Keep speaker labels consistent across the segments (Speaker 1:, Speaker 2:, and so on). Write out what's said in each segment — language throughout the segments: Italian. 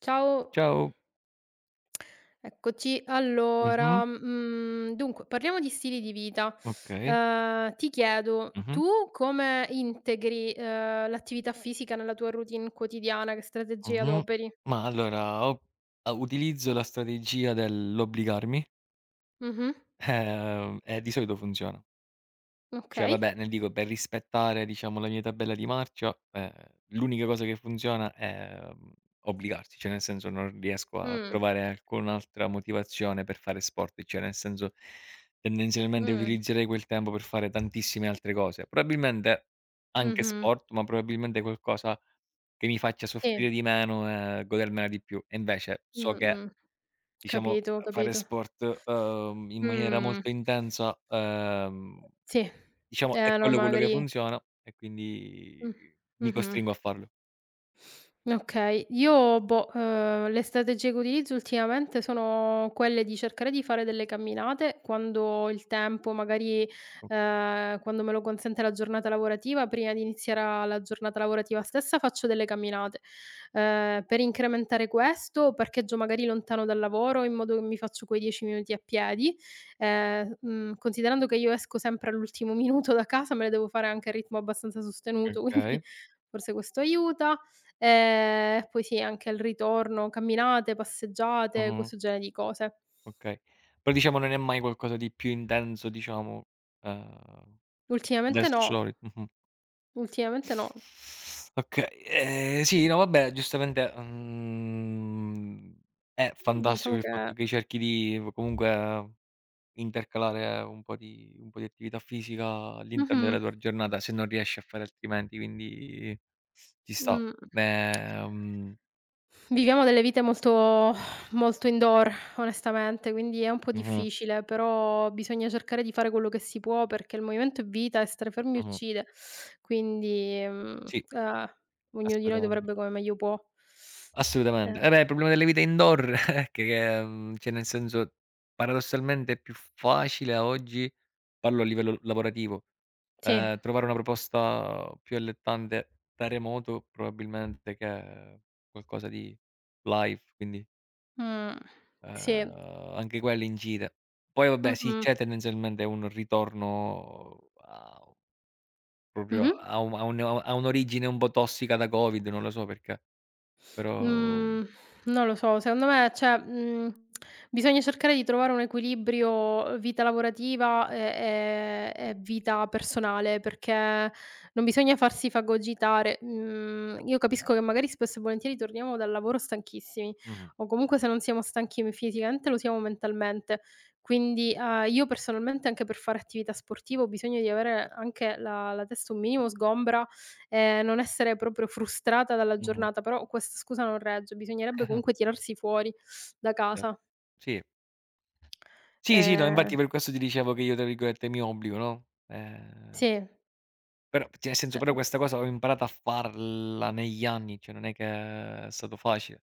Speaker 1: Ciao,
Speaker 2: Ciao.
Speaker 1: eccoci.
Speaker 2: Mh-mh.
Speaker 1: Allora, dunque parliamo di stili di vita.
Speaker 2: Okay.
Speaker 1: Ti chiedo,
Speaker 2: Mh-mh.
Speaker 1: tu come integri, l'attività fisica nella tua routine quotidiana? Che strategie
Speaker 2: Mh-mh.
Speaker 1: adoperi?
Speaker 2: Ma allora ho utilizzo la strategia dell'obbligarmi.
Speaker 1: Mh-mh.
Speaker 2: E di solito funziona. Cioè
Speaker 1: Okay.
Speaker 2: vabbè, nel dico per rispettare diciamo la mia tabella di marcia. L'unica cosa che funziona è, obbligarsi, cioè nel senso non riesco a
Speaker 1: Mh.
Speaker 2: trovare alcun'altra motivazione per fare sport, cioè nel senso tendenzialmente
Speaker 1: Mh.
Speaker 2: utilizzerei quel tempo per fare tantissime altre cose. Probabilmente anche
Speaker 1: Mh-mh.
Speaker 2: sport, ma probabilmente qualcosa che mi faccia
Speaker 1: Sì.
Speaker 2: soffrire di meno e godermela di più. E invece so che
Speaker 1: Mh-mh.
Speaker 2: diciamo
Speaker 1: Capito,
Speaker 2: fare
Speaker 1: capito.
Speaker 2: sport, in maniera
Speaker 1: Mh.
Speaker 2: molto intensa. ehm
Speaker 1: Sì.
Speaker 2: Diciamo è
Speaker 1: No
Speaker 2: quello che
Speaker 1: magari
Speaker 2: funziona e quindi
Speaker 1: mh.
Speaker 2: mi
Speaker 1: Mh-mh.
Speaker 2: costringo a farlo.
Speaker 1: Okay. Io boh, le strategie che utilizzo ultimamente sono quelle di cercare di fare delle camminate quando ho il tempo, magari,
Speaker 2: O
Speaker 1: quando me lo consente la giornata lavorativa, prima di iniziare a la giornata lavorativa stessa faccio delle camminate. Per incrementare questo parcheggio magari lontano dal lavoro in modo che mi faccio quei 10 minuti a piedi, considerando che io esco sempre all'ultimo minuto da casa, me le devo fare anche a ritmo abbastanza sostenuto, quindi
Speaker 2: Okay.
Speaker 1: forse questo aiuta. Poi sì, anche il ritorno, camminate, passeggiate,
Speaker 2: Mh-mh.
Speaker 1: questo genere di cose.
Speaker 2: Okay. Però diciamo non è mai qualcosa di più intenso diciamo. Ehm, del
Speaker 1: Ultimamente no,
Speaker 2: soli Mh-mh.
Speaker 1: ultimamente no.
Speaker 2: Okay, sì, no vabbè giustamente, è
Speaker 1: Diciamo
Speaker 2: fantastico il
Speaker 1: che.
Speaker 2: fatto che cerchi di v comunque intercalare un po' di attività fisica all'interno della
Speaker 1: Mh-mh,
Speaker 2: tua giornata, se non riesci a fare altrimenti, quindi ci sta.
Speaker 1: mh.
Speaker 2: Ehm
Speaker 1: Viviamo delle vite molto molto indoor onestamente, quindi è un po'
Speaker 2: Mh-mh,
Speaker 1: difficile, però bisogna cercare di fare quello che si può, perché il movimento è vita e stare fermi
Speaker 2: mh-mh.
Speaker 1: uccide. Quindi,
Speaker 2: Sì,
Speaker 1: ognuno di noi
Speaker 2: assolutamente,
Speaker 1: dovrebbe come meglio può. Eh,
Speaker 2: assolutamente. Eh beh, il problema delle vite indoor è che, cioè nel senso paradossalmente è più facile oggi, parlo a livello lavorativo.
Speaker 1: sì,
Speaker 2: Ehm, trovare una proposta più allettante da remoto probabilmente che qualcosa di live, quindi.
Speaker 1: mh, sì,
Speaker 2: Anche quella incide. Poi vabbè sì,
Speaker 1: mh-mh.
Speaker 2: c'è tendenzialmente un ritorno a proprio
Speaker 1: Mh-mh.
Speaker 2: a un a un a un'origine un po' tossica da Covid, non lo so perché, però
Speaker 1: Mhmm, non lo so, secondo me cioè, bisogna cercare di trovare un equilibrio vita lavorativa e vita personale, perché non bisogna farsi fagocitare. Mhmm, io capisco che magari spesso e volentieri torniamo dal lavoro stanchissimi,
Speaker 2: mh-mh,
Speaker 1: o comunque se non siamo stanchi fisicamente lo siamo mentalmente. Quindi, io personalmente anche per fare attività sportiva ho bisogno di avere anche la testa un minimo sgombra, non essere proprio frustrata dalla
Speaker 2: mh-mh.
Speaker 1: giornata, però questa scusa non regge, bisognerebbe comunque tirarsi fuori da
Speaker 2: Cer
Speaker 1: casa.
Speaker 2: Sì. Sì, sì, no,
Speaker 1: Ehm,
Speaker 2: infatti per questo ti dicevo che io tra virgolette "mi obbligo", no.
Speaker 1: sì,
Speaker 2: Però cioè nel senso però
Speaker 1: eh,
Speaker 2: questa cosa ho imparato a farla negli anni, cioè non è che è stato facile.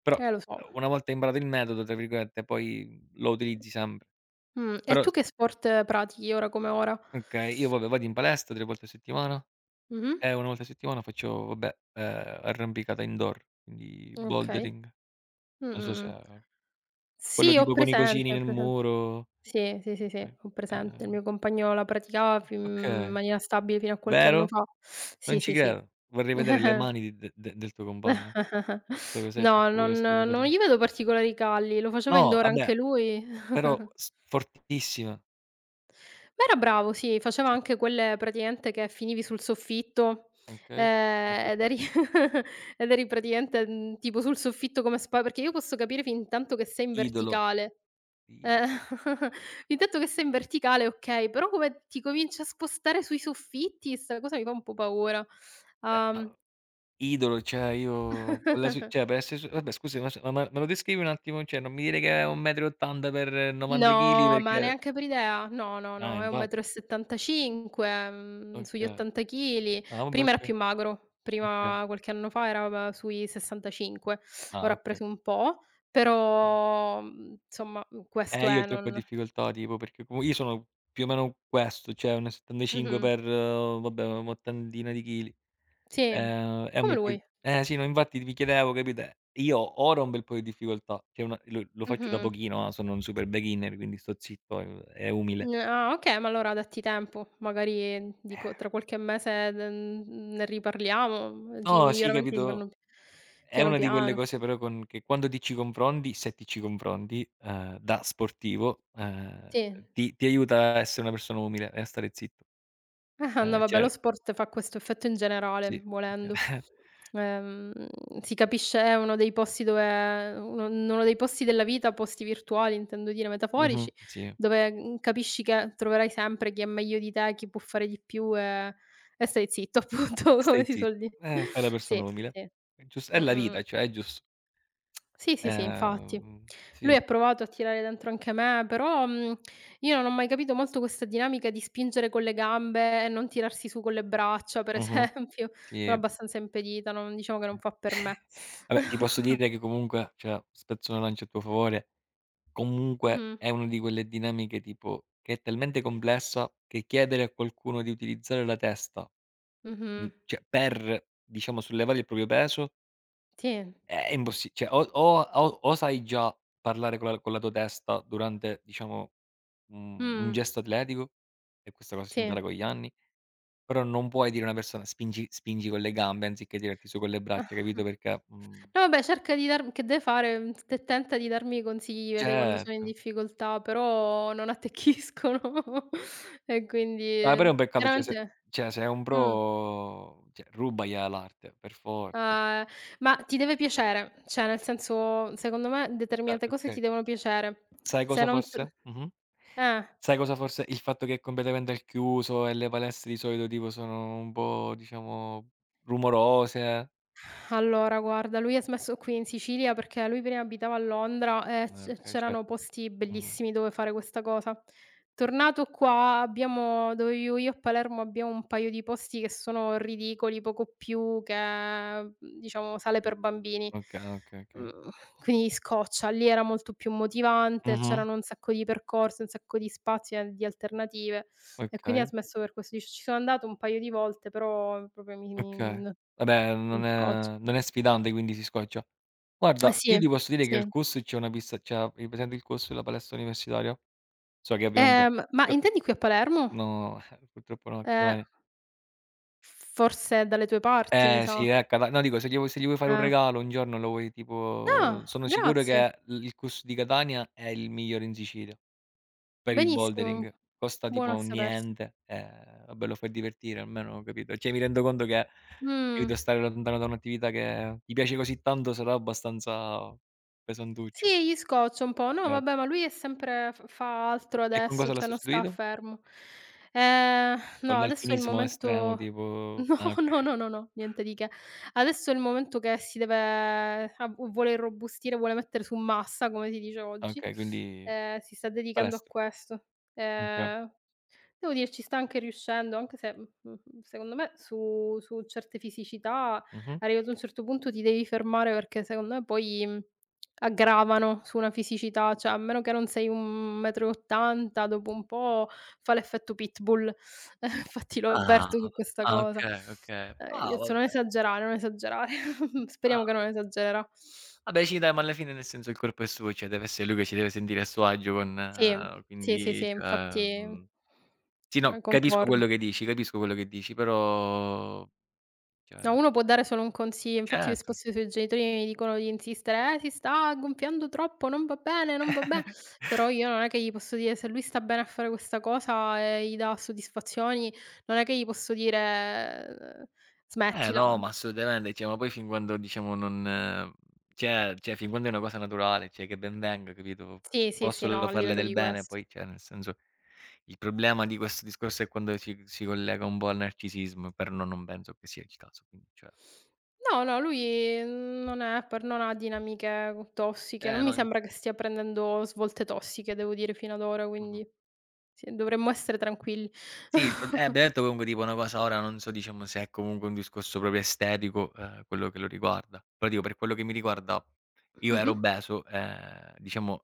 Speaker 2: Però,
Speaker 1: lo so.
Speaker 2: una volta imparato il metodo, tra virgolette, poi lo utilizzi sempre.
Speaker 1: E
Speaker 2: Però
Speaker 1: tu che sport pratichi ora come ora?
Speaker 2: Okay, io vabbè vado in palestra 3 volte a settimana
Speaker 1: Mh-mh.
Speaker 2: e 1 volta a settimana faccio vabbè, arrampicata indoor, quindi
Speaker 1: Okay.
Speaker 2: bouldering.
Speaker 1: Mh,
Speaker 2: Non so se
Speaker 1: mh, mh.
Speaker 2: quello
Speaker 1: Sì, ho
Speaker 2: tipo con i cosini
Speaker 1: presente, ho
Speaker 2: nel
Speaker 1: presente.
Speaker 2: muro.
Speaker 1: Sì, sì, sì, sì,
Speaker 2: Okay.
Speaker 1: ho presente. Il
Speaker 2: ehm
Speaker 1: mio compagno la praticava fin in
Speaker 2: okay,
Speaker 1: maniera stabile fino a qualche anno
Speaker 2: vero?
Speaker 1: fa.
Speaker 2: Non
Speaker 1: Sì,
Speaker 2: ci
Speaker 1: sì, sì.
Speaker 2: credo. Vorrei vedere le mani di de de del tuo compagno, proprio sei
Speaker 1: No,
Speaker 2: troppo
Speaker 1: non
Speaker 2: curioso di
Speaker 1: non
Speaker 2: vederle.
Speaker 1: gli vedo particolari calli, lo faceva
Speaker 2: No,
Speaker 1: indoor anche
Speaker 2: vabbè,
Speaker 1: lui.
Speaker 2: però s fortissima,
Speaker 1: Ma era bravo, sì, faceva
Speaker 2: cioè
Speaker 1: anche quelle praticamente che finivi sul soffitto,
Speaker 2: okay, proprio
Speaker 1: ed eri ed eri praticamente, tipo sul soffitto come spa perché io posso capire fintanto che sei in
Speaker 2: idolo,
Speaker 1: verticale.
Speaker 2: ido
Speaker 1: Eh, fintanto che sei in verticale okay, però come ti cominci a spostare sui soffitti, 'sta cosa mi fa un po' paura.
Speaker 2: ma
Speaker 1: Uhm
Speaker 2: idolo. Cioè io quella ci cioè per esser s vabbè scusi, ma s ma me lo descrivi un attimo? Cioè non mi dire che è 1,80 m per 90 chili
Speaker 1: No, ma
Speaker 2: perché
Speaker 1: neanche per idea. No, no,
Speaker 2: ah
Speaker 1: no, è
Speaker 2: infatti,
Speaker 1: 1,75 m, sugli
Speaker 2: okay.
Speaker 1: 80 chili.
Speaker 2: Ah vabbè
Speaker 1: Prima era
Speaker 2: okay,
Speaker 1: più magro,
Speaker 2: okay.
Speaker 1: prima qualche anno fa era sui 65,
Speaker 2: Ah
Speaker 1: ora ha
Speaker 2: okay.
Speaker 1: preso un po',
Speaker 2: Mh.
Speaker 1: però, insomma, questo
Speaker 2: Eh, io ho
Speaker 1: è,
Speaker 2: troppe
Speaker 1: non.
Speaker 2: difficoltà tipo perché comu io sono più o meno questo, cioè 1,75
Speaker 1: Mh-mh,
Speaker 2: per oh, vabbè un'ottantina di chili.
Speaker 1: sì,
Speaker 2: È un
Speaker 1: come
Speaker 2: bel po' di
Speaker 1: lui.
Speaker 2: eh sì, no infatti vi chiedevo, capite, io ora ho un bel po' di difficoltà, che è una lo lo faccio da
Speaker 1: Mh-mh.
Speaker 2: pochino, ah, sono un super beginner, quindi sto zitto e umile.
Speaker 1: N ah, okay, ma allora datti tempo, magari dico tra qualche mese ne riparliamo, oggi i
Speaker 2: No, sì,
Speaker 1: miglioramenti si fanno
Speaker 2: capito. È
Speaker 1: piano
Speaker 2: una di quelle
Speaker 1: piano.
Speaker 2: cose però con che quando ti ci confronti, se ti ci confronti, da sportivo,
Speaker 1: Sì.
Speaker 2: ti aiuta a essere una persona umile e a stare zitto.
Speaker 1: Ah-ah, no vabbè,
Speaker 2: Cioè
Speaker 1: lo sport fa questo effetto in generale,
Speaker 2: sì, cioè
Speaker 1: volendo. Ehm, si capisce è uno dei posti dove uno in uno dei posti della vita, posti virtuali intendo dire, metaforici,
Speaker 2: mh-mh, sì.
Speaker 1: dove, capisci che troverai sempre chi è meglio di te, chi può fare di più e stai zitto appunto, come
Speaker 2: Stai
Speaker 1: si suol
Speaker 2: zitto,
Speaker 1: dire.
Speaker 2: fai la
Speaker 1: Sì,
Speaker 2: persona umile.
Speaker 1: sì.
Speaker 2: È la
Speaker 1: Mh-mh.
Speaker 2: vita, cioè è giusto.
Speaker 1: Sì, sì, sì, infatti. Lui
Speaker 2: Sì,
Speaker 1: ha provato a tirare dentro anche me, però, io non ho mai capito molto questa dinamica di spingere con le gambe e non tirarsi su con le braccia, per
Speaker 2: mh-mh,
Speaker 1: esempio. Sono
Speaker 2: sì.
Speaker 1: abbastanza impedita, non diciamo che non fa per me.
Speaker 2: Vabbè, ti posso dire che comunque, cioè, spezzo una lancia a tuo favore. Comunque
Speaker 1: Mh-mh,
Speaker 2: è una di quelle dinamiche tipo che è talmente complessa che chiedere a qualcuno di utilizzare la testa,
Speaker 1: mh-mh.
Speaker 2: cioè per, diciamo, sollevare il proprio peso
Speaker 1: Sì,
Speaker 2: è impossi cioè o sai già parlare con la tua testa durante, diciamo, un
Speaker 1: mh,
Speaker 2: gesto atletico, e questa cosa si
Speaker 1: sì.
Speaker 2: impara con gli anni, però non puoi dire a una persona: "Spingi spingi con le gambe anziché tirarti su con le braccia", capito, perché
Speaker 1: No vabbè, cerca di darm che deve fare? Mhmm, t tenta di darmi i consigli, vede quando sono in
Speaker 2: certo.
Speaker 1: difficoltà, però non attecchiscono e
Speaker 2: Ma però è
Speaker 1: quindi
Speaker 2: un peccato,
Speaker 1: chiaramente
Speaker 2: cioè se è un
Speaker 1: mh.
Speaker 2: pro cioè rubagliela l'arte per forza.
Speaker 1: Ehm, ma ti deve piacere, cioè nel senso, secondo me determinate cose ti
Speaker 2: Perché
Speaker 1: devono piacere.
Speaker 2: sai
Speaker 1: Se
Speaker 2: cosa
Speaker 1: non t
Speaker 2: forse? Mh-mh.
Speaker 1: eh.
Speaker 2: Sai cosa forse? Il fatto che è completamente al chiuso e le palestre di solito tipo sono un po' diciamo rumorose.
Speaker 1: Allora guarda, lui ha smesso qui in Sicilia perché lui prima abitava a Londra e c
Speaker 2: Okay,
Speaker 1: c'erano
Speaker 2: certo.
Speaker 1: posti
Speaker 2: Mh-mh.
Speaker 1: bellissimi dove fare questa cosa. Tornato qua abbiamo dove vivo io a Palermo abbiamo un paio di posti che sono ridicoli, poco più che, diciamo sale per bambini.
Speaker 2: Okay, okay, okay.
Speaker 1: Mhmm, quindi scoccia. Lì era molto più motivante,
Speaker 2: Mh-mh.
Speaker 1: c'erano un sacco di percorsi, un sacco di spazi e di alternative e quindi ha
Speaker 2: Okay,
Speaker 1: smesso per questo. Dice: "Ci sono andato un paio di volte, però proprio mi
Speaker 2: okay.
Speaker 1: mi
Speaker 2: Vabbè,
Speaker 1: mi
Speaker 2: non
Speaker 1: scoccia".
Speaker 2: è non è sfidante, quindi si scoccia.
Speaker 1: Eh
Speaker 2: Guarda,
Speaker 1: sì,
Speaker 2: io ti posso dire che
Speaker 1: sì.
Speaker 2: al CUS c'è una pista c'ha hai presente il CUS, la palestra universitaria? So che ovviamente
Speaker 1: Ma intendi qui a Palermo?
Speaker 2: No, purtroppo no, a
Speaker 1: Ehm,
Speaker 2: Catania.
Speaker 1: forse dalle tue parti mi
Speaker 2: Eh
Speaker 1: sa.
Speaker 2: sì, a Cata no, dico, se gli vuoi fare un
Speaker 1: Eh.
Speaker 2: regalo un giorno lo vuoi tipo,
Speaker 1: Ah,
Speaker 2: sono sicuro
Speaker 1: grazie.
Speaker 2: che l il couscous di Catania è il migliore in Sicilia per il
Speaker 1: Benissimo.
Speaker 2: bouldering. Costa
Speaker 1: Buono a
Speaker 2: tipo
Speaker 1: sapersi.
Speaker 2: niente, vabbè lo fai divertire almeno, ho capito, cioè mi rendo conto che,
Speaker 1: Mh.
Speaker 2: capito, stare lontano da un'attività che ti piace così tanto sarà abbastanza pesantuccio.
Speaker 1: Sì, gli scoccia un po'. No,
Speaker 2: Cer
Speaker 1: vabbè, ma lui è sempre f fa altro
Speaker 2: E con
Speaker 1: adesso,
Speaker 2: cosa
Speaker 1: cioè
Speaker 2: l'ha
Speaker 1: non sta
Speaker 2: sostituito?
Speaker 1: fermo.
Speaker 2: Con
Speaker 1: No, adesso è il
Speaker 2: l'alpinismo estremo
Speaker 1: momento
Speaker 2: tipo? Ah
Speaker 1: no, no,
Speaker 2: okay,
Speaker 1: no, no, no, niente di che. Adesso è il momento che si deve ab vuole irrobustire, vuole mettere su massa, come si dice oggi.
Speaker 2: okay, quindi
Speaker 1: Si sta dedicando a
Speaker 2: palestra.
Speaker 1: questo.
Speaker 2: Okay.
Speaker 1: Ehm, devo dire ci sta anche riuscendo, anche se, secondo me su certe fisicità,
Speaker 2: Mh-mh.
Speaker 1: arrivato a un certo punto ti devi fermare perché secondo me poi aggravano su una fisicità, cioè a meno che non sei 1,80 m, dopo un po' fa l'effetto pitbull. Infatti lo
Speaker 2: Ah,
Speaker 1: avverto su questa
Speaker 2: ah,
Speaker 1: cosa.
Speaker 2: okay, okay.
Speaker 1: Quindi
Speaker 2: Ah,
Speaker 1: adesso non
Speaker 2: vabbè.
Speaker 1: esagerare, non esagerare.
Speaker 2: Ah,
Speaker 1: Speriamo che non esagererà.
Speaker 2: vabbè sì dai, ma alla fine nel senso il corpo è suo, cioè deve essere lui che si deve sentire a suo agio
Speaker 1: Sì,
Speaker 2: con,
Speaker 1: sì, sì,
Speaker 2: quindi
Speaker 1: sì,
Speaker 2: cioè,
Speaker 1: infatti,
Speaker 2: sì no, capisco
Speaker 1: concordo.
Speaker 2: quello che dici, capisco quello che dici, però cioè
Speaker 1: No, uno può dare solo un consiglio. Infatti io
Speaker 2: certo.
Speaker 1: spesso i suoi genitori mi dicono di insistere: si sta gonfiando troppo, non va bene, non va be". Però io non è che gli posso dire se lui sta bene a fare questa cosa e gli dà soddisfazioni, non è che gli posso dire:
Speaker 2: Eh no,
Speaker 1: "Smettila".
Speaker 2: ma assolutamente, cioè, ma poi fin quando diciamo non cioè fin quando è una cosa naturale, cioè che ben venga, capito,
Speaker 1: Sì, sì, sì,
Speaker 2: possono
Speaker 1: no, a
Speaker 2: farle
Speaker 1: livello
Speaker 2: del
Speaker 1: di
Speaker 2: bene,
Speaker 1: questo.
Speaker 2: poi cioè nel senso il problema di questo discorso è quando si collega un po' al narcisismo, però no, non penso che sia il caso, quindi cioè
Speaker 1: No, no, lui non è per non ha dinamiche co tossiche, non
Speaker 2: eh
Speaker 1: mi
Speaker 2: no, in
Speaker 1: sembra che stia prendendo svolte tossiche, devo dire, fino ad ora,
Speaker 2: mh-mh.
Speaker 1: quindi sì, dovremmo essere tranquilli.
Speaker 2: Sì, il prob abbiamo detto comunque tipo una cosa ora non so, diciamo se è comunque un discorso proprio estetico, quello che lo riguarda. Però dico per quello che mi riguarda, io
Speaker 1: Mh-mh.
Speaker 2: ero obeso, diciamo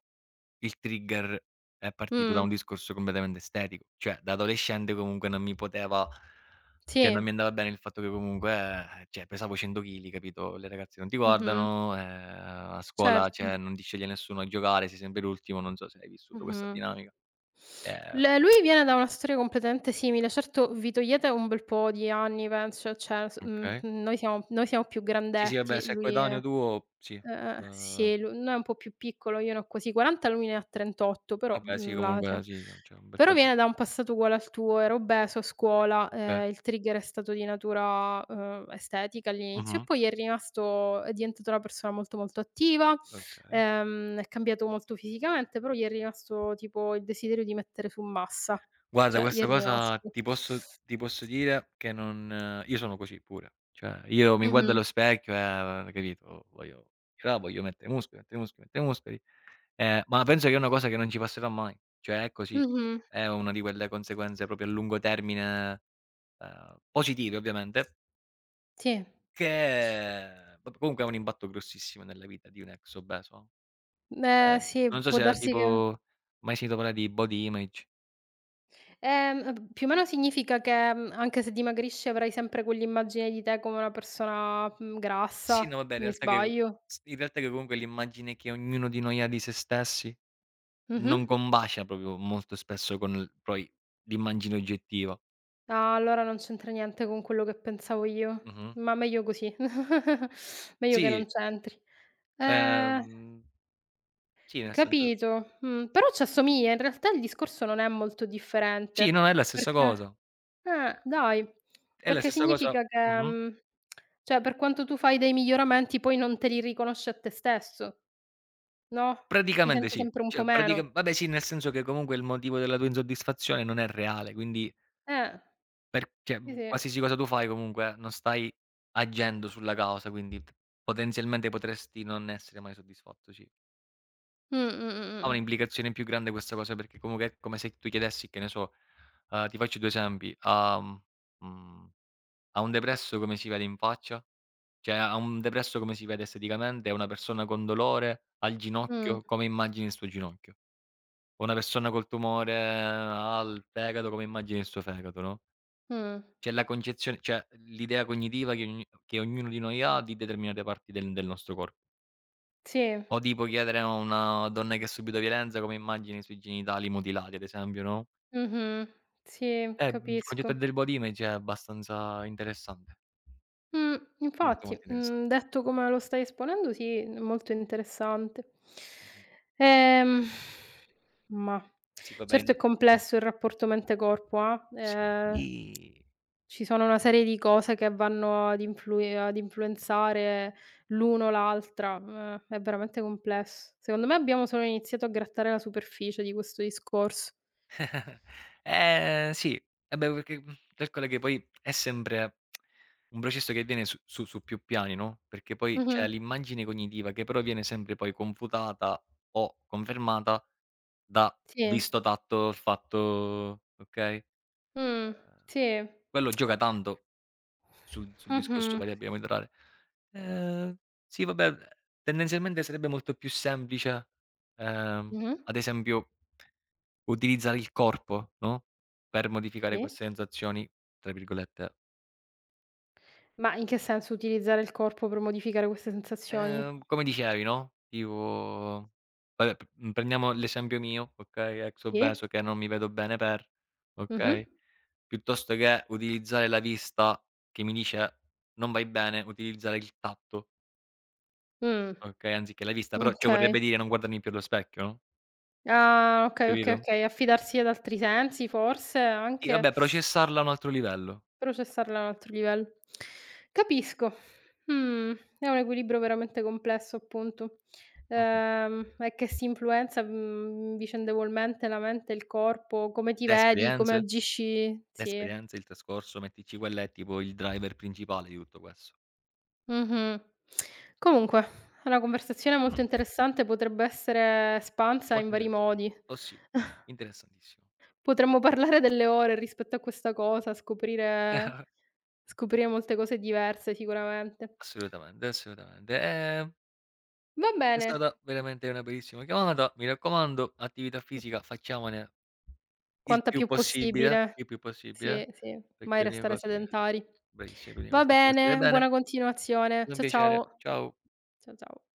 Speaker 2: il trigger è partito da
Speaker 1: Mh.
Speaker 2: un discorso completamente estetico, cioè da adolescente comunque non mi poteva, cioè non
Speaker 1: Sì,
Speaker 2: mi andava bene il fatto che comunque, cioè pesavo 100 chili, capito, le ragazze non ti
Speaker 1: mh-mh,
Speaker 2: guardano, a scuola,
Speaker 1: certo,
Speaker 2: cioè non ti sceglie nessuno a giocare, sei sempre l'ultimo, non so se hai vissuto questa
Speaker 1: mh-mh.
Speaker 2: dinamica. Ehm.
Speaker 1: L lui viene da una storia completamente simile, certo vi togliete un bel po' di anni penso, cioè
Speaker 2: Okay.
Speaker 1: noi siamo più
Speaker 2: Sì, sì, vabbè,
Speaker 1: grandetti,
Speaker 2: se è
Speaker 1: lui
Speaker 2: coetaneo
Speaker 1: è.
Speaker 2: tuo sì. Ehm,
Speaker 1: Sì, lu no è un po' più piccolo, io ne ho quasi 40, lui ne ha 38, però,
Speaker 2: vabbè sì,
Speaker 1: l'Asia.
Speaker 2: comunque sì, c'è un bel
Speaker 1: Però
Speaker 2: po' di
Speaker 1: viene da un passato uguale al tuo, era obeso a scuola,
Speaker 2: okay.
Speaker 1: il trigger è stato di natura, estetica all'inizio e
Speaker 2: Mh-mh.
Speaker 1: poi è diventato una persona molto, molto attiva,
Speaker 2: Okay.
Speaker 1: è cambiato molto fisicamente, però gli è rimasto tipo il desiderio di mettere su massa.
Speaker 2: Guarda
Speaker 1: Cioè gli è
Speaker 2: questa cosa
Speaker 1: rimasto.
Speaker 2: ti posso dire che non io sono così pure. Cioè io mi guardo
Speaker 1: Mh-mh,
Speaker 2: allo specchio e capito, voglio là, voglio mettere muscoli, mettere muscoli, mettere muscoli, ma penso che è una cosa che non ci passerà mai. Cioè è così.
Speaker 1: mh-mh.
Speaker 2: È una di quelle conseguenze proprio a lungo termine, positive ovviamente,
Speaker 1: Sì.
Speaker 2: che vabbè comunque ha un impatto grossissimo nella vita di un ex obeso.
Speaker 1: Sì,
Speaker 2: Non so
Speaker 1: può
Speaker 2: se
Speaker 1: darsi che.
Speaker 2: tipo hai mai sentito parlare di body image?
Speaker 1: Più o meno significa che, anche se dimagrisci avrai sempre quell'immagine di te come una persona,
Speaker 2: Sì,
Speaker 1: grassa.
Speaker 2: no vabbè in
Speaker 1: Mi
Speaker 2: realtà che
Speaker 1: sbaglio?
Speaker 2: s in realtà che comunque l'immagine che ognuno di noi ha di se stessi
Speaker 1: Mh-mh.
Speaker 2: non combacia proprio molto spesso con l'immagine oggettiva.
Speaker 1: Ah, allora non c'entra niente con quello che pensavo io,
Speaker 2: Mh-mh.
Speaker 1: ma meglio così, meglio che
Speaker 2: Sì,
Speaker 1: non c'entri. Ehm,
Speaker 2: ehm, sì nel senso
Speaker 1: capito, però c'assomiglia, in realtà il discorso non è molto
Speaker 2: sì,
Speaker 1: differente,
Speaker 2: no, è la stessa
Speaker 1: perché
Speaker 2: cosa.
Speaker 1: dai,
Speaker 2: È la
Speaker 1: perché
Speaker 2: stessa cosa,
Speaker 1: significa che,
Speaker 2: mh-mh.
Speaker 1: cioè per quanto tu fai dei miglioramenti poi non te li riconosci a te stesso. No? Ti
Speaker 2: Praticamente
Speaker 1: senti
Speaker 2: sì.
Speaker 1: sempre un po'
Speaker 2: Cioè pratica
Speaker 1: meno.
Speaker 2: vabbè sì, nel senso che comunque il motivo della tua insoddisfazione non è reale, quindi
Speaker 1: Eh,
Speaker 2: per cioè
Speaker 1: sì, sì.
Speaker 2: qualsiasi cosa tu fai comunque non stai agendo sulla causa, quindi t potenzialmente potresti non essere mai soddisfatto, sì.
Speaker 1: Mh,
Speaker 2: Ha
Speaker 1: mh, mh,
Speaker 2: un'implicazione più grande questa cosa, perché comunque è come se tu chiedessi, che ne so, ti faccio 2 esempi, a mhmm, a un depresso come si vede in faccia? Cioè, a un depresso come si vede esteticamente? A una persona con dolore al
Speaker 1: mh, mh.
Speaker 2: ginocchio, come immagini il suo ginocchio? O una persona col tumore al fegato, come immagini il suo fegato, no,
Speaker 1: Mh, mh.
Speaker 2: c'è la concezione cioè l'idea cognitiva che ogni che ognuno di noi ha di determinate parti del nostro corpo.
Speaker 1: Sì.
Speaker 2: O tipo chiedere a una donna che ha subito violenza come immagini i suoi genitali mutilati, ad esempio, no,
Speaker 1: Mh-mh. Sì,
Speaker 2: mhmm, il concetto
Speaker 1: capisco.
Speaker 2: del body image è abbastanza interessante, molto,
Speaker 1: Infatti,
Speaker 2: molto interessan
Speaker 1: detto come lo stai esponendo sì, è molto interessante.
Speaker 2: mh-mh.
Speaker 1: Ehm, mah,
Speaker 2: Sì, vabbè in
Speaker 1: certo è
Speaker 2: mh,
Speaker 1: complesso il rapporto mente corpo.
Speaker 2: sì.
Speaker 1: Ci sono una serie di cose che vanno ad influi ad influenzare l'uno l'altra, è veramente complesso. Secondo me abbiamo solo iniziato a grattare la superficie di questo discorso.
Speaker 2: Ehm, sì, eh beh, perché, calcola che poi è sempre un processo che viene su più piani, no, perché poi c'è
Speaker 1: Mh-mh.
Speaker 2: l'immagine cognitiva che però viene sempre poi confutata o confermata da
Speaker 1: Sì.
Speaker 2: visto, tatto, fatto, okay?
Speaker 1: Mh.
Speaker 2: Ehm,
Speaker 1: Sì.
Speaker 2: quello gioca tanto sul discorso
Speaker 1: Mh-mh.
Speaker 2: variabile monetaria. Ehm, sì vabbè, tendenzialmente sarebbe molto più semplice, ehm,
Speaker 1: Mh-mh.
Speaker 2: ad esempio utilizzare il corpo, no, per modificare
Speaker 1: Sì.
Speaker 2: queste sensazioni, tra virgolette.
Speaker 1: Ma in che senso utilizzare il corpo per modificare queste sensazioni?
Speaker 2: Come dicevi, no, tipo vabbè p prendiamo l'esempio mio, okay, ex
Speaker 1: Sì?
Speaker 2: obeso che non mi vedo bene per,
Speaker 1: Mh-mh.
Speaker 2: okay? Piuttosto che utilizzare la vista che mi dice: "Non vai bene", utilizzare il tatto,
Speaker 1: Mh.
Speaker 2: okay, anziché la vista, però ciò vorrebbe
Speaker 1: Okay.
Speaker 2: dire non guardarmi più allo specchio, no,
Speaker 1: Ah, okay, okay,
Speaker 2: capito?
Speaker 1: okay. Affidarsi ad altri sensi forse
Speaker 2: Sì,
Speaker 1: anche?
Speaker 2: vabbè, processarla a un altro livello.
Speaker 1: Processarla a un altro livello. Capisco. Mh, è un equilibrio veramente complesso appunto.
Speaker 2: Mh-mh.
Speaker 1: E che si influenza, vicendevolmente la mente e il corpo, come ti
Speaker 2: Le
Speaker 1: vedi, come
Speaker 2: esperienze
Speaker 1: agisci
Speaker 2: le
Speaker 1: sì.
Speaker 2: esperienze, il trascorso, mettici quella, è tipo il driver principale di tutto questo.
Speaker 1: Mh-mh. Comunque, è una conversazione molto
Speaker 2: Mh,
Speaker 1: interessante, potrebbe essere espansa in
Speaker 2: molto
Speaker 1: vari
Speaker 2: interessan
Speaker 1: modi.
Speaker 2: oh sì, interessantissimo.
Speaker 1: Potremmo parlare delle ore rispetto a questa cosa, scoprire molte cose diverse sicuramente.
Speaker 2: Assolutamente, assolutamente.
Speaker 1: Va
Speaker 2: È
Speaker 1: bene.
Speaker 2: stata veramente una bellissima chiamata. Mi raccomando, attività fisica facciamone il
Speaker 1: Quanta
Speaker 2: più
Speaker 1: più
Speaker 2: possibile,
Speaker 1: possibile.
Speaker 2: il più possibile,
Speaker 1: Sì, sì,
Speaker 2: perché
Speaker 1: mai
Speaker 2: è l'unica
Speaker 1: restare
Speaker 2: cosa che
Speaker 1: sedentari.
Speaker 2: è l'unica
Speaker 1: Va
Speaker 2: cosa che ci può stare
Speaker 1: bene,
Speaker 2: bene.
Speaker 1: buona
Speaker 2: È
Speaker 1: continuazione.
Speaker 2: stato un piacere.
Speaker 1: Ciao.
Speaker 2: Ciao.
Speaker 1: Ciao.